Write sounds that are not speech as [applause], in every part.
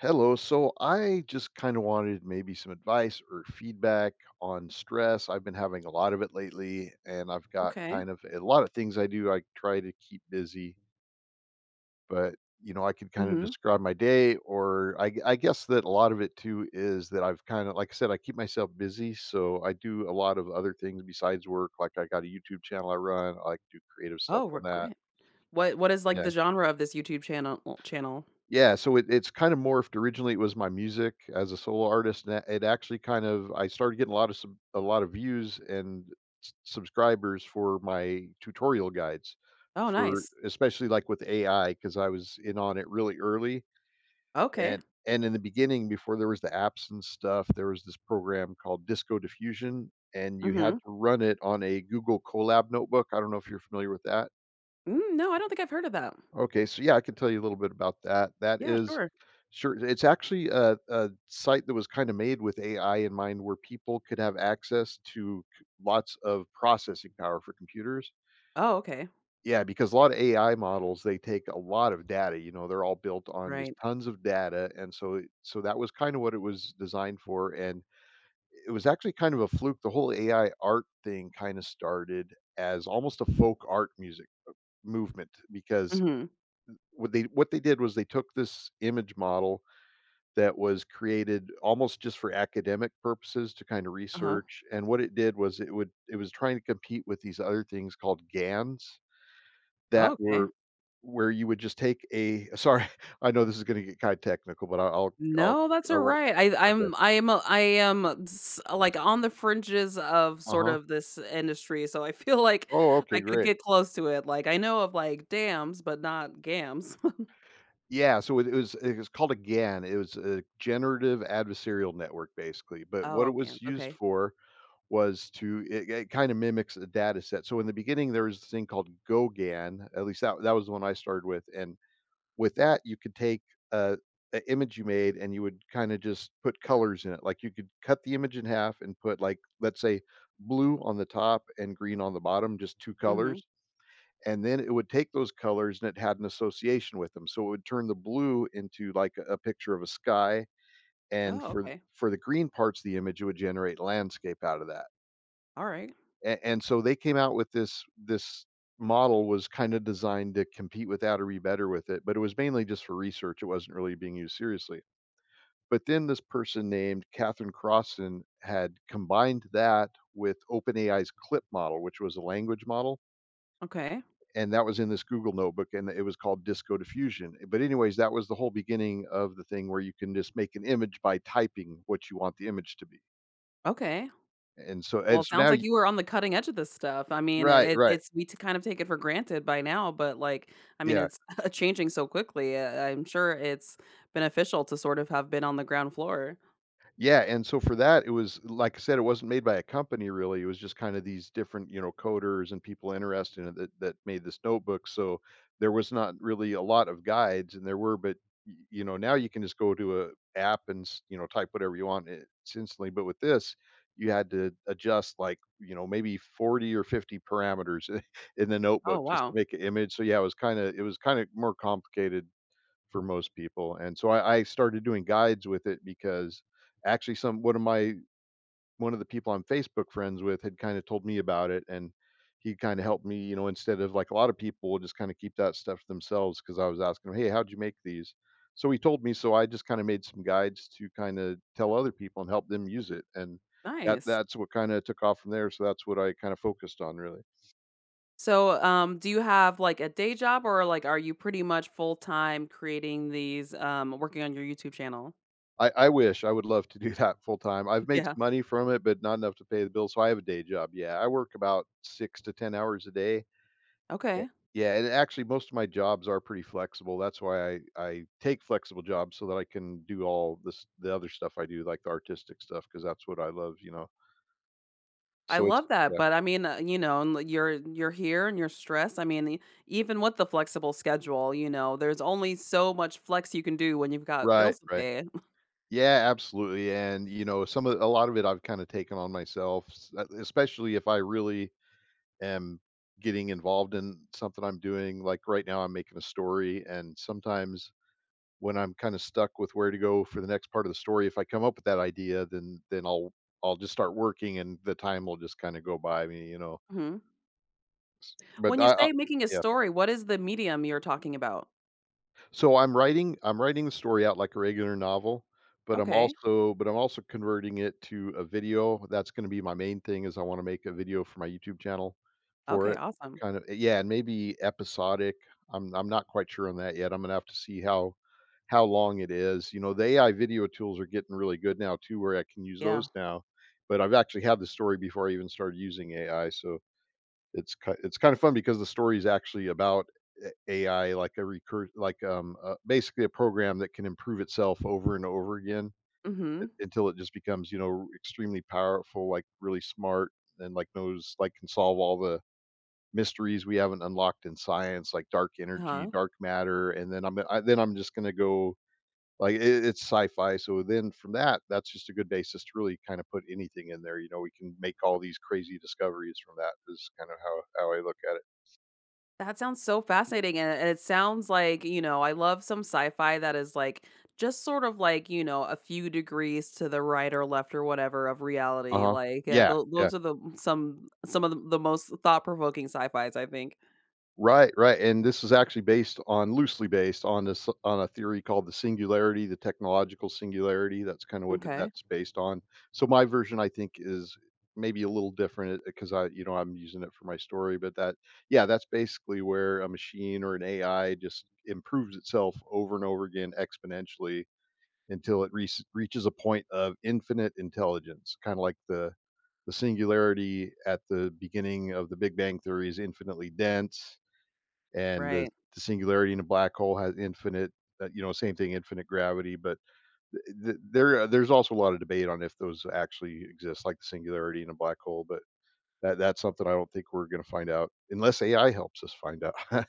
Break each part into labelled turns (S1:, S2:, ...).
S1: Hello. So I just kind of wanted maybe some advice or feedback on stress. I've been having a lot of it lately, and I've got
S2: Okay.
S1: kind of a lot of things I do. I try to keep busy, but I could kind of
S2: Mhm.
S1: describe my day, or I guess that a lot of it too is that I've kind of, like I said, I keep myself busy. So I do a lot of other things besides work. Like I got a YouTube channel I run, I like to do creative stuff
S2: Oh,
S1: on
S2: we're
S1: that.
S2: great. What is, like,
S1: Yeah.
S2: the genre of this YouTube channel channel?
S1: Yeah, so it's kind of morphed. Originally, it was my music as a solo artist, and it actually kind of I started getting a lot of a lot of views and subscribers for my tutorial guides,
S2: Oh,
S1: for
S2: nice.
S1: especially like with AI because I was in on it really early.
S2: Okay.
S1: And and in the beginning, before there was the apps and stuff, there was this program called Disco Diffusion, and you had
S2: Mhm.
S1: to run it on a Google Colab notebook. I don't know if you're familiar with that.
S2: Mm, no, I don't think I've heard of that.
S1: Okay, so yeah, I can tell you a little bit about that. That
S2: Yeah,
S1: is
S2: sure.
S1: sure, it's actually a site that was kind of made with AI in mind where people could have access to lots of processing power for computers.
S2: Oh, okay.
S1: Yeah, because a lot of AI models they take a lot of data, you know, they're all built on just
S2: Right.
S1: tons of data, and so that was kind of what it was designed for, and it was actually kind of a fluke. The whole AI art thing kind of started as almost a folk art music movement because
S2: Mhm.
S1: what they did was they took this image model that was created almost just for academic purposes to kind of
S2: Uh-huh.
S1: research, and what it did was it was trying to compete with these other things called GANs that
S2: Okay.
S1: were where you would just take a sorry, [laughs] I know this is gonna get kinda technical, but I'll
S2: No, that's
S1: I won't
S2: alright. I
S1: okay.
S2: I'm a- I am, s like, on the fringes of sort
S1: Uh-huh.
S2: of this industry, so I feel like
S1: Oh, okay,
S2: I could
S1: great.
S2: get close to it. Like, I know of, like, dams, but not gams. [laughs]
S1: Yeah, so it was called a GAN. It was a generative adversarial network, basically, but what
S2: Oh,
S1: it was
S2: gams.
S1: used
S2: Okay.
S1: for was to it it kind of mimics a data set. So in the beginning, there was this thing called GoGAN. At least that was the one I started with, and with that, you could take a, a image you made and you would kind of just put colors in it. Like you could cut the image in half and put like, let's say, blue on the top and green on the bottom, just two
S2: Mhm.
S1: colors. And then it would take those colors and it had an association with them. So it would turn the blue into like a picture of a sky, and
S2: Oh,
S1: for
S2: okay.
S1: for the green parts of the image, it would generate landscape out of that.
S2: Alright.
S1: And so they came out with this model was kind of designed to compete with that or be better with it, but it was mainly just for research. It wasn't really being used seriously. But then this person named Catherine Crossan had combined that with OpenAI's CLIP model, which was a language model.
S2: Okay.
S1: And that was in this Google notebook, and it was called Disco Diffusion. But, anyways, that was the whole beginning of the thing where you can just make an image by typing what you want the image to be.
S2: Okay.
S1: And so,
S2: Well,
S1: and
S2: it
S1: so
S2: sounds
S1: now,
S2: like
S1: you,
S2: you were on the cutting edge of this stuff. I mean,
S1: right,
S2: it
S1: right.
S2: it's we t kind of take it for granted by now, but, like, I mean,
S1: Yeah.
S2: it's [laughs] changing so quickly. I'm sure it's beneficial to sort of have been on the ground floor.
S1: Yeah, and so for that, it was like I said, it wasn't made by a company really. It was just kind of these different, you know, coders and people interested in it that, that made this notebook. So there was not really a lot of guides, and there were, but you know, now you can just go to a app and you know type whatever you want, it's instantly. But with this, you had to adjust like, you know, maybe 40 or 50 parameters [laughs] in the
S2: Oh,
S1: notebook just to
S2: wow.
S1: make an image. So yeah, it was kind of more complicated for most people. And so I started doing guides with it because actually some one of the people I'm Facebook friends with had kind of told me about it, and he kind of helped me, you know, instead of like a lot of people will just kind of keep that stuff to themselves because I was asking him, hey, how'd you make these? So he told me, so I just kind of made some guides to kind of tell other people and help them use it. And that
S2: Nice.
S1: that's what kind of took off from there. So that's what I kind of focused on really.
S2: So, do you have, like, a day job, or, like, are you pretty much full-time creating these, working on your YouTube channel?
S1: I would love to do [laughs] that full time. I've made
S2: Yeah.
S1: some money from it, but not enough to pay the bills, so I have a day job, yeah. I work about 6 to 10 hours a day. A
S2: Okay.
S1: yeah, and actually, most of my jobs are pretty flexible, that's why I take flexible jobs so that I can do all this the other stuff I do, like the artistic stuff, because that's what I love, you know?
S2: I
S1: So it's
S2: love that,
S1: yeah.
S2: but I mean, you know, and like, you're here and you're stressed. I mean, even with the flexible schedule, you know, there's only so much flex you can do when you've got
S1: Right,
S2: bills to
S1: right.
S2: pay. [laughs]
S1: Yeah, absolutely, and, you know, some of a lot of it I've kinda taken on myself, s especially if I really am getting involved in something I'm doing. Like right now, I'm making a story, and sometimes when I'm kind of stuck with where to go for the next part of the story, if I come up with that idea, then I'll just start working, and the time will just kind of go by me, you know.
S2: Mhm.
S1: But
S2: When you
S1: I
S2: say making a
S1: yeah.
S2: story, what is the medium you're talking about?
S1: So I'm writing the story out like a regular novel,
S2: Okay.
S1: but I'm also converting it to a video. That's going to be my main thing is I want to make a video for my YouTube channel for
S2: Okay,
S1: it.
S2: awesome.
S1: Kind of yeah, and maybe episodic. I'm not quite sure on that yet. I'm going to have to see how long it is. You know, the AI video tools are getting really good now too where I can use
S2: Yeah.
S1: those now. But I've actually had the story before I even started using AI, so it's kind of fun because the story is actually about a AI, like a recur like, basically a program that can improve itself over and over again u
S2: Mhm.
S1: until it just becomes, you know, extremely powerful, like, really smart and, like, knows like, can solve all the mysteries we haven't unlocked in science, like dark energy,
S2: Uh-huh.
S1: dark matter, and then I'm I then I'm just gonna go like, I it's sci-fi, so then from that, that's just a good basis to really kind of put anything in there, you know, we can make all these crazy discoveries from that is kind of how I look at it.
S2: That sounds so fascinating, and it sounds like, you know, I love some sci-fi that is, like, just sort of like, you know, a few degrees to the right or left or whatever of reality,
S1: Uh-huh.
S2: like, yeah,
S1: Yeah, yeah.
S2: those are the some of the most thought-provoking sci-fis, I think.
S1: Right, right, and this is actually based on loosely based on this on a theory called the singularity, the technological singularity, that's kinda
S2: Okay.
S1: that's based on. So my version, I think, is maybe a little different, because I you know, I'm using it for my story, but that yeah, that's basically where a machine or an AI just improves itself over and over again exponentially until it reas reaches a point of infinite intelligence, kinda like the singularity at the beginning of the Big Bang Theory is infinitely dense, and
S2: Right.
S1: the singularity in a black hole has infinite, you know, same thing, infinite gravity. But there, there's also a lot of debate on if those actually exist, like the singularity in a black hole. But that's something I don't think we're going to find out unless AI helps us find out. [laughs]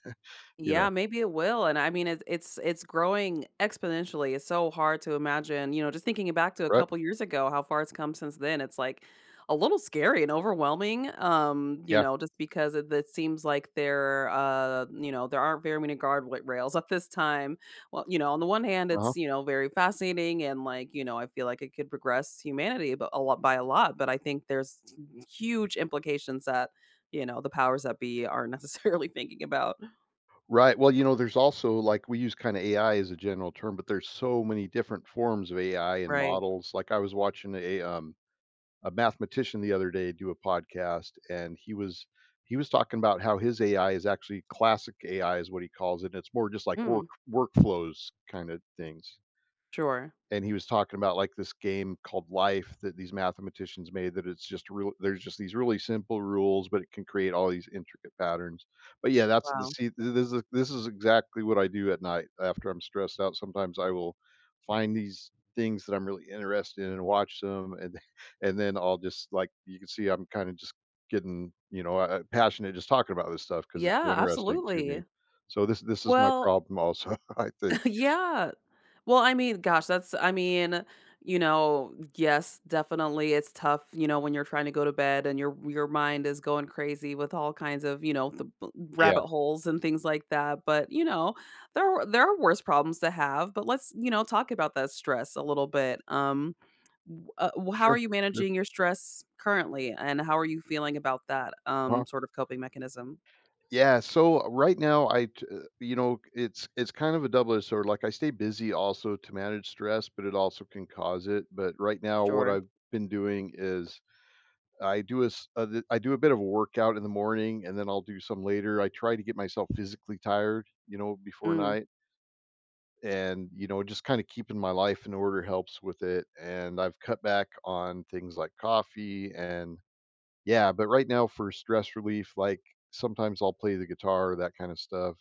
S1: You know,
S2: Yeah, maybe it will, and I mean, it's it's growing exponentially, it's so hard to imagine, you know, just thinking back to a
S1: right?
S2: couple years ago, how far it's come since then, it's, like, a little scary and overwhelming, you
S1: Yeah.
S2: know, just because it that seems like there, you know, there aren't very many guard wa rails at this time. Well, you know, on the one hand,
S1: Uh huh.
S2: it's, you know, very fascinating and, like, you know, I feel like it could progress humanity but a lot by a lot, but I think there's huge implications that, you know, the powers that be aren't necessarily [laughs] thinking about.
S1: Right. Well, you know, there's also like we use kind of AI as a general term, but there's so many different forms of AI and
S2: Right.
S1: models. Like I was watching a mathematician the other day do a podcast, and he was talking about how his AI is actually classic AI is what he calls it. And it's more just like work
S2: Mm,
S1: workflows kind of things.
S2: sure.
S1: And he was talking about like this game called Life that these mathematicians made, that it's just real there's just these really simple rules, but it can create all these intricate patterns. But yeah, that's the
S2: Wow.
S1: see, this is exactly what I do at night after I'm stressed out. Sometimes I will find these things that I'm really interested in and watch them, and then I'll just, like, you can see I'm kind of just getting, passionate, just talking about this stuff because it's so
S2: Yeah,
S1: interesting to me.
S2: absolutely.
S1: So this is my
S2: Well,
S1: problem also, [laughs] I think.
S2: [laughs] yeah. Well, I mean, gosh, that's I mean, you know, yes, definitely it's tough, you know, when you're trying to go to bed and your mind is going crazy with all kinds of, you know,
S1: Yeah.
S2: rabbit holes and things like that, but you know, there are worse problems to have, but let's, you know, talk about that stress a little bit. How
S1: Sure.
S2: are you
S1: Sure.
S2: managing your stress currently, and how are you feeling about that
S1: Uh-huh.
S2: sort of coping mechanism?
S1: Yeah, so right now, I, t- you know, it's kind of a double-edged sword. Like, I stay busy also to manage stress, but it also can cause it. But right now, what
S2: Sure.
S1: I've been doing is I do a bit of a workout in the morning, and then I'll do some later. I try to get myself physically tired, before
S2: Mm,
S1: night, and just kind of keeping my life in order helps with it. And I've cut back on things like coffee and, yeah, but right now for stress relief, like, sometimes I'll play the guitar, that kind of stuff.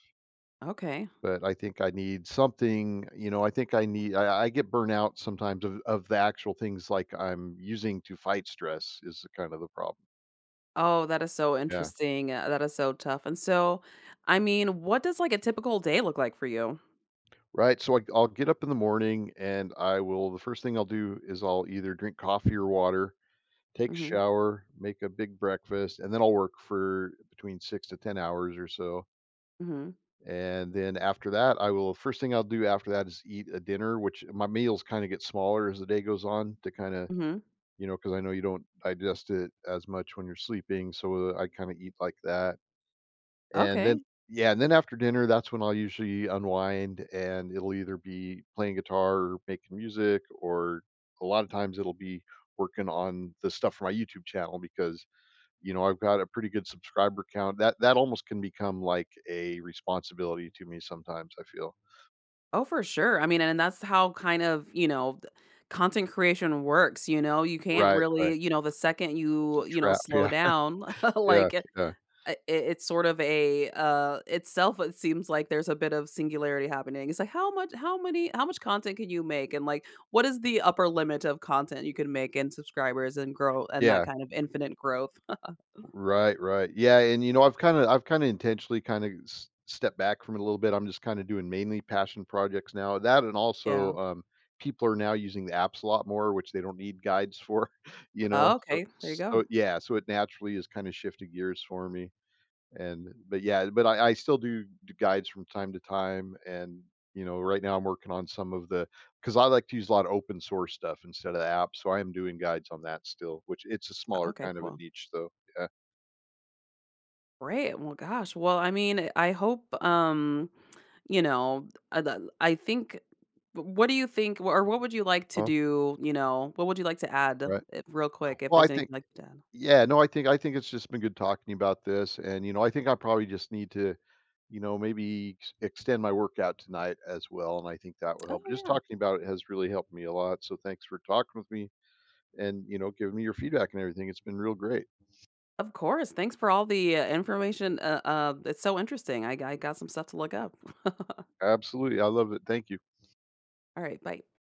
S2: okay.
S1: But I think I need something. You know, I think I need I get burnout sometimes of the actual things like I'm using to fight stress is the kind of the problem.
S2: Oh, that is so
S1: Yeah.
S2: interesting. That is so tough. And so, I mean, what does like a typical day look like for you?
S1: Right, so I'll get up in the morning and I will the first thing I'll do is I'll either drink coffee or water, take a
S2: Mhm.
S1: shower, make a big breakfast, and then I'll work for between 6 to 10 hours or so.
S2: Mhm.
S1: And then after that, I will— first thing I'll do after that is eat a dinner, which my meals kinda get smaller as the day goes on to kinda,
S2: Mhm.
S1: because I know you don't digest it as much when you're sleeping. So I kinda eat like that, and then,
S2: Okay.
S1: yeah, and then after dinner, that's when I'll usually unwind, and it'll either be playing guitar or making music, or a lot of times it'll be working on the stuff for my YouTube channel because, you know, I've got a pretty good subscriber count. That almost can become like a responsibility to me sometimes, I feel.
S2: Oh, for sure. I mean, and that's how kind of, you know, content creation works, you know. You can't
S1: Right, right.
S2: really, you know, the second
S1: It's a
S2: you, you know,
S1: trap.
S2: slow
S1: Yeah,
S2: down, [laughs]
S1: [laughs] yeah,
S2: like I
S1: yeah,
S2: i it's sort of a, itself, it seems like there's a bit of singularity happening. It's like, how much content can you make? And, like, what is the upper limit of content you can make and subscribers and grow and that
S1: yeah.
S2: kind of infinite growth? [laughs]
S1: Right, right. Yeah, and you know, I've kinda intentionally kinda stepped back from it a little bit. I'm just kinda doing mainly passion projects now. That, and
S2: Yeah.
S1: also, people are now using the apps a lot more, which they don't need guides for, [laughs] you know?
S2: Oh,
S1: So
S2: okay. There you go.
S1: so yeah, so it naturally is kinda shifted gears for me. And but yeah, but I still do guides from time to time. And, you know, right now I'm working on some of the because I like to use a lot of open source stuff instead of the app, so I am doing guides on that still, which it's a
S2: O
S1: smaller
S2: Okay,
S1: kind of a
S2: cool.
S1: niche, though. Yeah.
S2: Great. Well, gosh. Well, I mean, I hope, you know, the I think w- what do you think or what would you like to do, you know, what would you like to add,
S1: Right.
S2: real quick if
S1: Well, I
S2: there's
S1: think—
S2: anything like that?
S1: yeah, no, I think it's just been good talking about this, and, you know, I think I probably just need to, you know, maybe ex extend my workout tonight as well, and I think that will
S2: Oh,
S1: help. But just
S2: yeah.
S1: talking about it has really helped me a lot, so thanks for talking with me and, you know, giving me your feedback and everything. It's been real great.
S2: Of course. Thanks for all the, information. It's so interesting. I got some stuff to look up. [laughs]
S1: Absolutely, I love it. Thank you.
S2: All right. Bye.